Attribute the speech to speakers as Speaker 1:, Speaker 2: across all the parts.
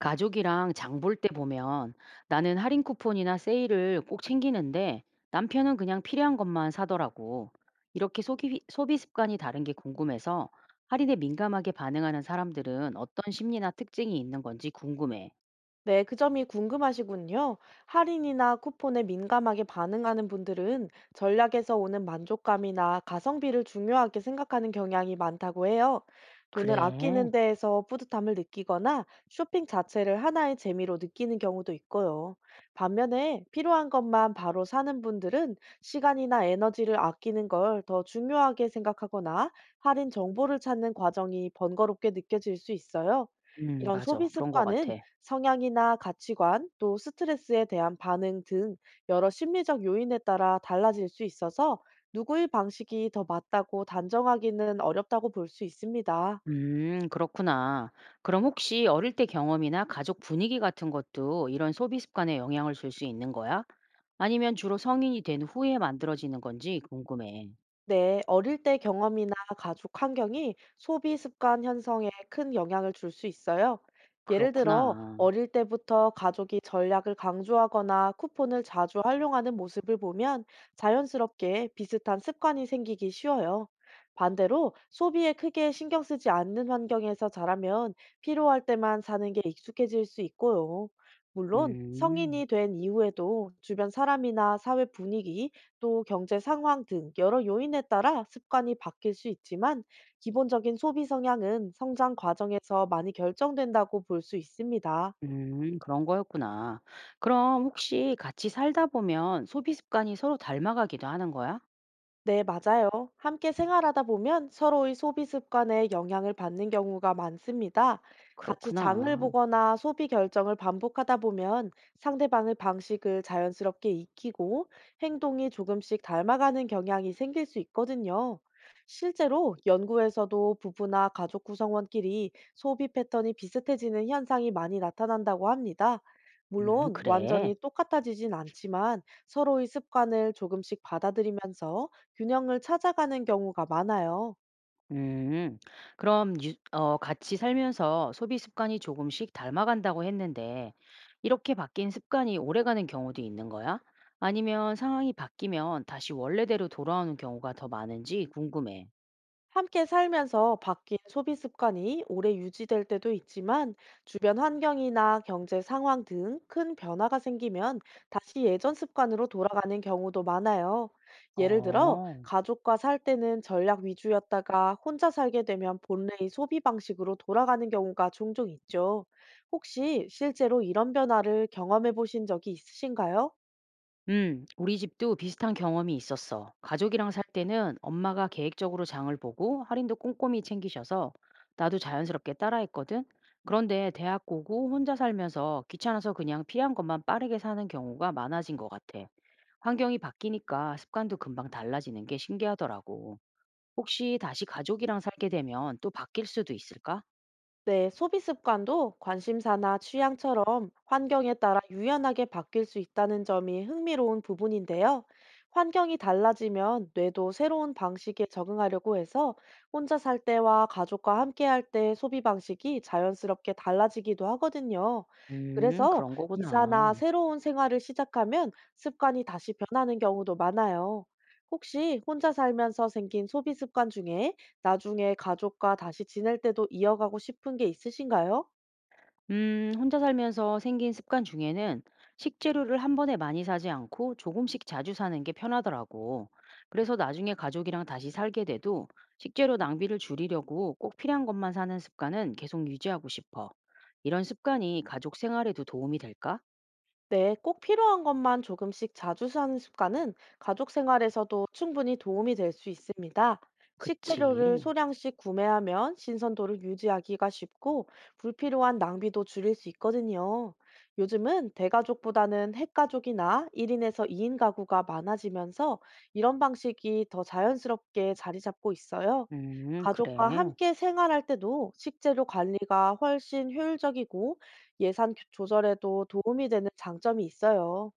Speaker 1: 가족이랑 장볼 때 보면 나는 할인 쿠폰이나 세일을 꼭 챙기는데 남편은 그냥 필요한 것만 사더라고. 이렇게 소비 습관이 다른 게 궁금해서 할인에 민감하게 반응하는 사람들은 어떤 심리나 특징이 있는 건지 궁금해.
Speaker 2: 네, 그 점이 궁금하시군요. 할인이나 쿠폰에 민감하게 반응하는 분들은 전략에서 오는 만족감이나 가성비를 중요하게 생각하는 경향이 많다고 해요. 돈을 아끼는
Speaker 1: 그래.
Speaker 2: 데에서 뿌듯함을 느끼거나 쇼핑 자체를 하나의 재미로 느끼는 경우도 있고요. 반면에 필요한 것만 바로 사는 분들은 시간이나 에너지를 아끼는 걸 더 중요하게 생각하거나 할인 정보를 찾는 과정이 번거롭게 느껴질 수 있어요. 이런 소비
Speaker 1: 맞아. 그런 것
Speaker 2: 습관은
Speaker 1: 같아.
Speaker 2: 성향이나 가치관, 또 스트레스에 대한 반응 등 여러 심리적 요인에 따라 달라질 수 있어서 누구의 방식이 더 맞다고 단정하기는 어렵다고 볼 수 있습니다.
Speaker 1: 그렇구나. 그럼 혹시 어릴 때 경험이나 가족 분위기 같은 것도 이런 소비 습관에 영향을 줄 수 있는 거야? 아니면 주로 성인이 된 후에 만들어지는 건지 궁금해.
Speaker 2: 네, 어릴 때 경험이나 가족 환경이 소비 습관 형성에 큰 영향을 줄 수 있어요. 예를 들어,
Speaker 1: 그렇구나.
Speaker 2: 어릴 때부터 가족이 전략을 강조하거나 쿠폰을 자주 활용하는 모습을 보면 자연스럽게 비슷한 습관이 생기기 쉬워요. 반대로 소비에 크게 신경 쓰지 않는 환경에서 자라면 필요할 때만 사는 게 익숙해질 수 있고요. 물론
Speaker 1: 음.
Speaker 2: 성인이 된 이후에도 주변 사람이나 사회 분위기, 또 경제 상황 등 여러 요인에 따라 습관이 바뀔 수 있지만 기본적인 소비 성향은 성장 과정에서 많이 결정된다고 볼 수 있습니다.
Speaker 1: 그런 거였구나. 그럼 혹시 같이 살다 보면 소비 습관이 서로 닮아가기도 하는 거야?
Speaker 2: 네, 맞아요. 함께 생활하다 보면 서로의 소비 습관에 영향을 받는 경우가 많습니다. 같이 장을
Speaker 1: 그렇구나.
Speaker 2: 보거나 소비 결정을 반복하다 보면 상대방의 방식을 자연스럽게 익히고 행동이 조금씩 닮아가는 경향이 생길 수 있거든요. 실제로 연구에서도 부부나 가족 구성원끼리 소비 패턴이 비슷해지는 현상이 많이 나타난다고 합니다. 물론
Speaker 1: 그래.
Speaker 2: 완전히 똑같아지진 않지만 서로의 습관을 조금씩 받아들이면서 균형을 찾아가는 경우가 많아요.
Speaker 1: 음. 그럼 유 어 같이 살면서 소비 습관이 조금씩 닮아간다고 했는데 이렇게 바뀐 습관이 오래가는 경우도 있는 거야? 아니면 상황이 바뀌면 다시 원래대로 돌아오는 경우가 더 많은지 궁금해.
Speaker 2: 함께 살면서 바뀐 소비 습관이 오래 유지될 때도 있지만 주변 환경이나 경제 상황 등 큰 변화가 생기면 다시 예전 습관으로 돌아가는 경우도 많아요. 예를 들어
Speaker 1: 어.
Speaker 2: 가족과 살 때는 전략 위주였다가 혼자 살게 되면 본래의 소비 방식으로 돌아가는 경우가 종종 있죠. 혹시 실제로 이런 변화를 경험해 보신 적이 있으신가요?
Speaker 1: 우리 집도 비슷한 경험이 있었어. 가족이랑 살 때는 엄마가 계획적으로 장을 보고 할인도 꼼꼼히 챙기셔서 나도 자연스럽게 따라했거든. 그런데 대학 오고 혼자 살면서 귀찮아서 그냥 필요한 것만 빠르게 사는 경우가 많아진 것 같아. 환경이 바뀌니까 습관도 금방 달라지는 게 신기하더라고. 혹시 다시 가족이랑 살게 되면 또 바뀔 수도 있을까?
Speaker 2: 네, 소비 습관도 관심사나 취향처럼 환경에 따라 유연하게 바뀔 수 있다는 점이 흥미로운 부분인데요. 환경이 달라지면 뇌도 새로운 방식에 적응하려고 해서 혼자 살 때와 가족과 함께 할 때 소비 방식이 자연스럽게 달라지기도 하거든요. 그래서
Speaker 1: 그런 거구나.
Speaker 2: 이사나 새로운 생활을 시작하면 습관이 다시 변하는 경우도 많아요. 혹시 혼자 살면서 생긴 소비 습관 중에 나중에 가족과 다시 지낼 때도 이어가고 싶은 게 있으신가요?
Speaker 1: 혼자 살면서 생긴 습관 중에는 식재료를 한 번에 많이 사지 않고 조금씩 자주 사는 게 편하더라고. 그래서 나중에 가족이랑 다시 살게 돼도 식재료 낭비를 줄이려고 꼭 필요한 것만 사는 습관은 계속 유지하고 싶어. 이런 습관이 가족 생활에도 도움이 될까?
Speaker 2: 네, 꼭 필요한 것만 조금씩 자주 사는 습관은 가족 생활에서도 충분히 도움이 될 수 있습니다.
Speaker 1: 그치.
Speaker 2: 식재료를 소량씩 구매하면 신선도를 유지하기가 쉽고 불필요한 낭비도 줄일 수 있거든요. 요즘은 대가족보다는 핵가족이나 1인에서 2인 가구가 많아지면서 이런 방식이 더 자연스럽게 자리 잡고 있어요. 가족과
Speaker 1: 그래.
Speaker 2: 함께 생활할 때도 식재료 관리가 훨씬 효율적이고 예산 조절에도 도움이 되는 장점이 있어요.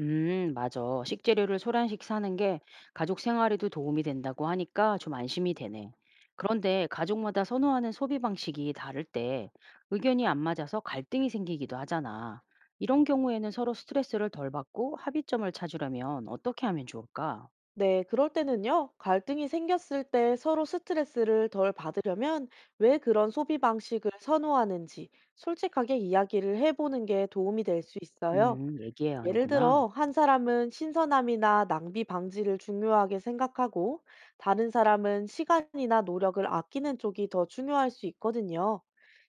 Speaker 1: 맞아. 식재료를 소란식 사는 게 가족 생활에도 도움이 된다고 하니까 좀 안심이 되네. 그런데 가족마다 선호하는 소비 방식이 다를 때 의견이 안 맞아서 갈등이 생기기도 하잖아. 이런 경우에는 서로 스트레스를 덜 받고 합의점을 찾으려면 어떻게 하면 좋을까?
Speaker 2: 네, 그럴 때는요, 갈등이 생겼을 때 서로 스트레스를 덜 받으려면 왜 그런 소비 방식을 선호하는지 솔직하게 이야기를 해보는 게 도움이 될 수 있어요.
Speaker 1: 얘기해야
Speaker 2: 예를 들어,
Speaker 1: 하는구나.
Speaker 2: 한 사람은 신선함이나 낭비 방지를 중요하게 생각하고, 다른 사람은 시간이나 노력을 아끼는 쪽이 더 중요할 수 있거든요.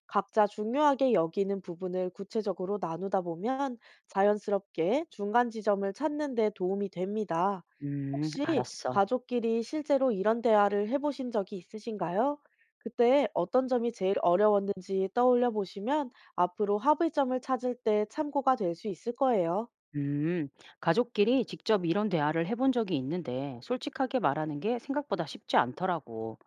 Speaker 2: 각자 중요하게 여기는 부분을 구체적으로 나누다 보면 자연스럽게 중간 지점을 찾는 데 도움이 됩니다. 혹시
Speaker 1: 알았어.
Speaker 2: 가족끼리 실제로 이런 대화를 해보신 적이 있으신가요? 그때 어떤 점이 제일 어려웠는지 떠올려 보시면 앞으로 합의점을 찾을 때 참고가 될 수 있을 거예요.
Speaker 1: 음, 가족끼리 직접 이런 대화를 해본 적이 있는데 솔직하게 말하는 게 생각보다 쉽지 않더라고.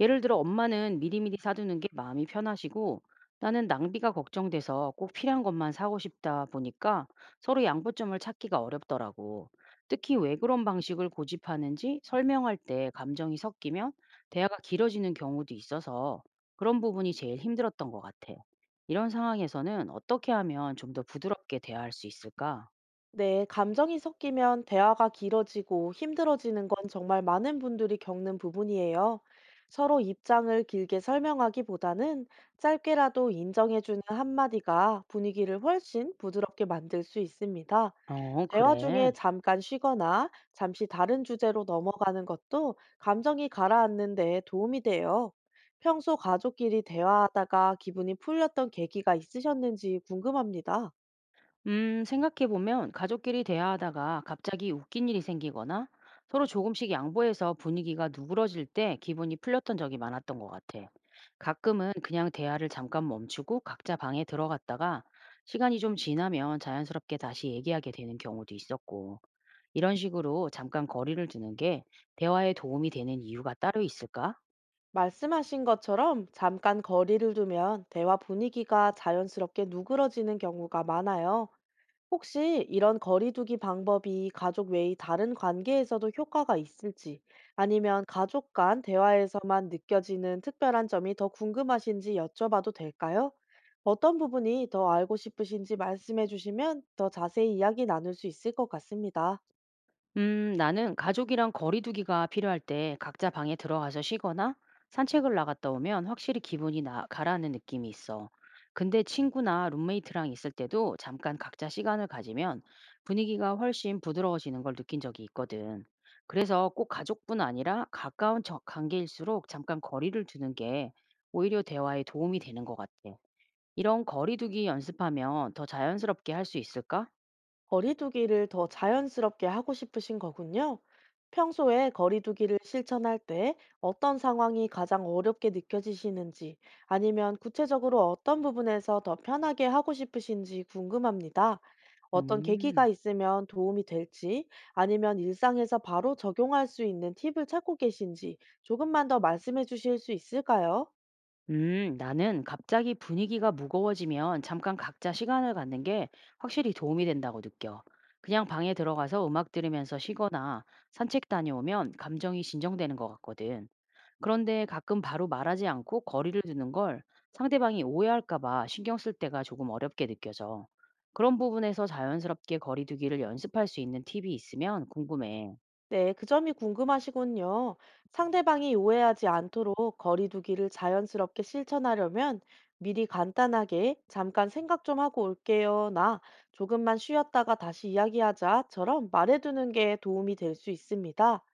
Speaker 1: 예를 들어 엄마는 미리미리 사두는 게 마음이 편하시고 나는 낭비가 걱정돼서 꼭 필요한 것만 사고 싶다 보니까 서로 양보점을 찾기가 어렵더라고. 특히 왜 그런 방식을 고집하는지 설명할 때 감정이 섞이면 대화가 길어지는 경우도 있어서 그런 부분이 제일 힘들었던 것 같아. 이런 상황에서는 어떻게 하면 좀 더 부드럽게 대화할 수 있을까?
Speaker 2: 네, 감정이 섞이면 대화가 길어지고 힘들어지는 건 정말 많은 분들이 겪는 부분이에요. 서로 입장을 길게 설명하기보다는 짧게라도 인정해주는 한마디가 분위기를 훨씬 부드럽게 만들 수 있습니다.
Speaker 1: 어,
Speaker 2: 대화
Speaker 1: 그래.
Speaker 2: 중에 잠깐 쉬거나 잠시 다른 주제로 넘어가는 것도 감정이 가라앉는 데 도움이 돼요. 평소 가족끼리 대화하다가 기분이 풀렸던 계기가 있으셨는지 궁금합니다.
Speaker 1: 생각해보면 가족끼리 대화하다가 갑자기 웃긴 일이 생기거나 서로 조금씩 양보해서 분위기가 누그러질 때 기분이 풀렸던 적이 많았던 것 같아. 가끔은 그냥 대화를 잠깐 멈추고 각자 방에 들어갔다가 시간이 좀 지나면 자연스럽게 다시 얘기하게 되는 경우도 있었고, 이런 식으로 잠깐 거리를 두는 게 대화에 도움이 되는 이유가 따로 있을까?
Speaker 2: 말씀하신 것처럼 잠깐 거리를 두면 대화 분위기가 자연스럽게 누그러지는 경우가 많아요. 혹시 이런 거리두기 방법이 가족 외의 다른 관계에서도 효과가 있을지, 아니면 가족 간 대화에서만 느껴지는 특별한 점이 더 궁금하신지 여쭤봐도 될까요? 어떤 부분이 더 알고 싶으신지 말씀해 주시면 더 자세히 이야기 나눌 수 있을 것 같습니다.
Speaker 1: 나는 가족이랑 거리두기가 필요할 때 각자 방에 들어가서 쉬거나 산책을 나갔다 오면 확실히 가라앉는 느낌이 있어. 근데 친구나 룸메이트랑 있을 때도 잠깐 각자 시간을 가지면 분위기가 훨씬 부드러워지는 걸 느낀 적이 있거든. 그래서 꼭 가족뿐 아니라 가까운 관계일수록 잠깐 거리를 두는 게 오히려 대화에 도움이 되는 것 같아. 이런 거리두기 연습하면 더 자연스럽게 할 수 있을까?
Speaker 2: 거리두기를 더 자연스럽게 하고 싶으신 거군요. 평소에 거리두기를 실천할 때 어떤 상황이 가장 어렵게 느껴지시는지, 아니면 구체적으로 어떤 부분에서 더 편하게 하고 싶으신지 궁금합니다. 어떤 계기가
Speaker 1: 음.
Speaker 2: 있으면 도움이 될지, 아니면 일상에서 바로 적용할 수 있는 팁을 찾고 계신지 조금만 더 말씀해 주실 수 있을까요?
Speaker 1: 나는 갑자기 분위기가 무거워지면 잠깐 각자 시간을 갖는 게 확실히 도움이 된다고 느껴. 그냥 방에 들어가서 음악 들으면서 쉬거나 산책 다녀오면 감정이 진정되는 것 같거든. 그런데 가끔 바로 말하지 않고 거리를 두는 걸 상대방이 오해할까 봐 신경 쓸 때가 조금 어렵게 느껴져. 그런 부분에서 자연스럽게 거리 두기를 연습할 수 있는 팁이 있으면 궁금해.
Speaker 2: 네, 그 점이 궁금하시군요. 상대방이 오해하지 않도록 거리두기를 자연스럽게 실천하려면 미리 간단하게 잠깐 생각 좀 하고 올게요. 나 조금만 쉬었다가 다시 이야기하자처럼 말해두는 게 도움이 될 수 있습니다.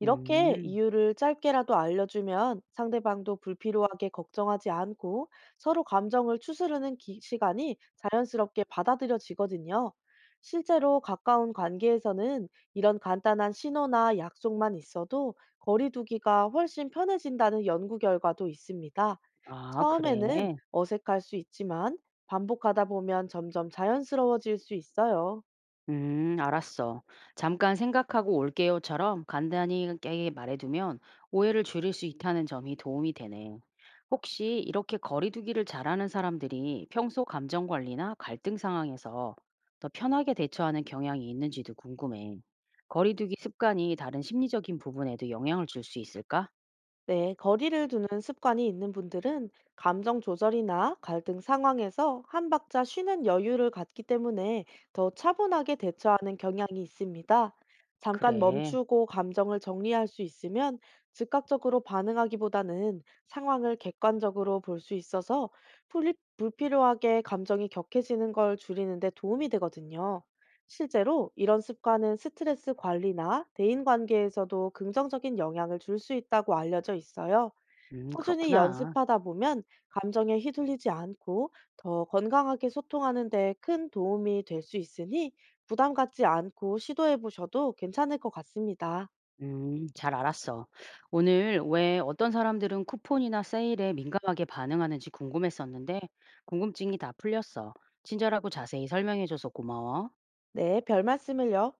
Speaker 2: 이렇게
Speaker 1: 음,
Speaker 2: 이유를 짧게라도 알려주면 상대방도 불필요하게 걱정하지 않고 서로 감정을 추스르는 시간이 자연스럽게 받아들여지거든요. 실제로 가까운 관계에서는 이런 간단한 신호나 약속만 있어도 거리두기가 훨씬 편해진다는 연구 결과도 있습니다.
Speaker 1: 아,
Speaker 2: 처음에는
Speaker 1: 그래.
Speaker 2: 어색할 수 있지만 반복하다 보면 점점 자연스러워질 수 있어요.
Speaker 1: 알았어. 잠깐 생각하고 올게요처럼 간단히 깨게 말해두면 오해를 줄일 수 있다는 점이 도움이 되네. 혹시 이렇게 거리두기를 잘하는 사람들이 평소 감정 관리나 갈등 상황에서 더 편하게 대처하는 경향이 있는지도 궁금해. 거리두기 습관이 다른 심리적인 부분에도 영향을 줄 수 있을까?
Speaker 2: 네, 거리를 두는 습관이 있는 분들은 감정 조절이나 갈등 상황에서 한 박자 쉬는 여유를 갖기 때문에 더 차분하게 대처하는 경향이 있습니다. 잠깐
Speaker 1: 그래.
Speaker 2: 멈추고 감정을 정리할 수 있으면 즉각적으로 반응하기보다는 상황을 객관적으로 볼 수 있어서 불필요하게 감정이 격해지는 걸 줄이는 데 도움이 되거든요. 실제로 이런 습관은 스트레스 관리나 대인 관계에서도 긍정적인 영향을 줄 수 있다고 알려져 있어요. 꾸준히
Speaker 1: 그렇구나.
Speaker 2: 연습하다 보면 감정에 휘둘리지 않고 더 건강하게 소통하는 데 큰 도움이 될 수 있으니 부담 갖지 않고 시도해 보셔도 괜찮을 것 같습니다.
Speaker 1: 잘 알았어. 오늘 왜 어떤 사람들은 쿠폰이나 세일에 민감하게 반응하는지 궁금했었는데, 궁금증이 다 풀렸어. 친절하고 자세히 설명해줘서 고마워.
Speaker 2: 네, 별 말씀을요.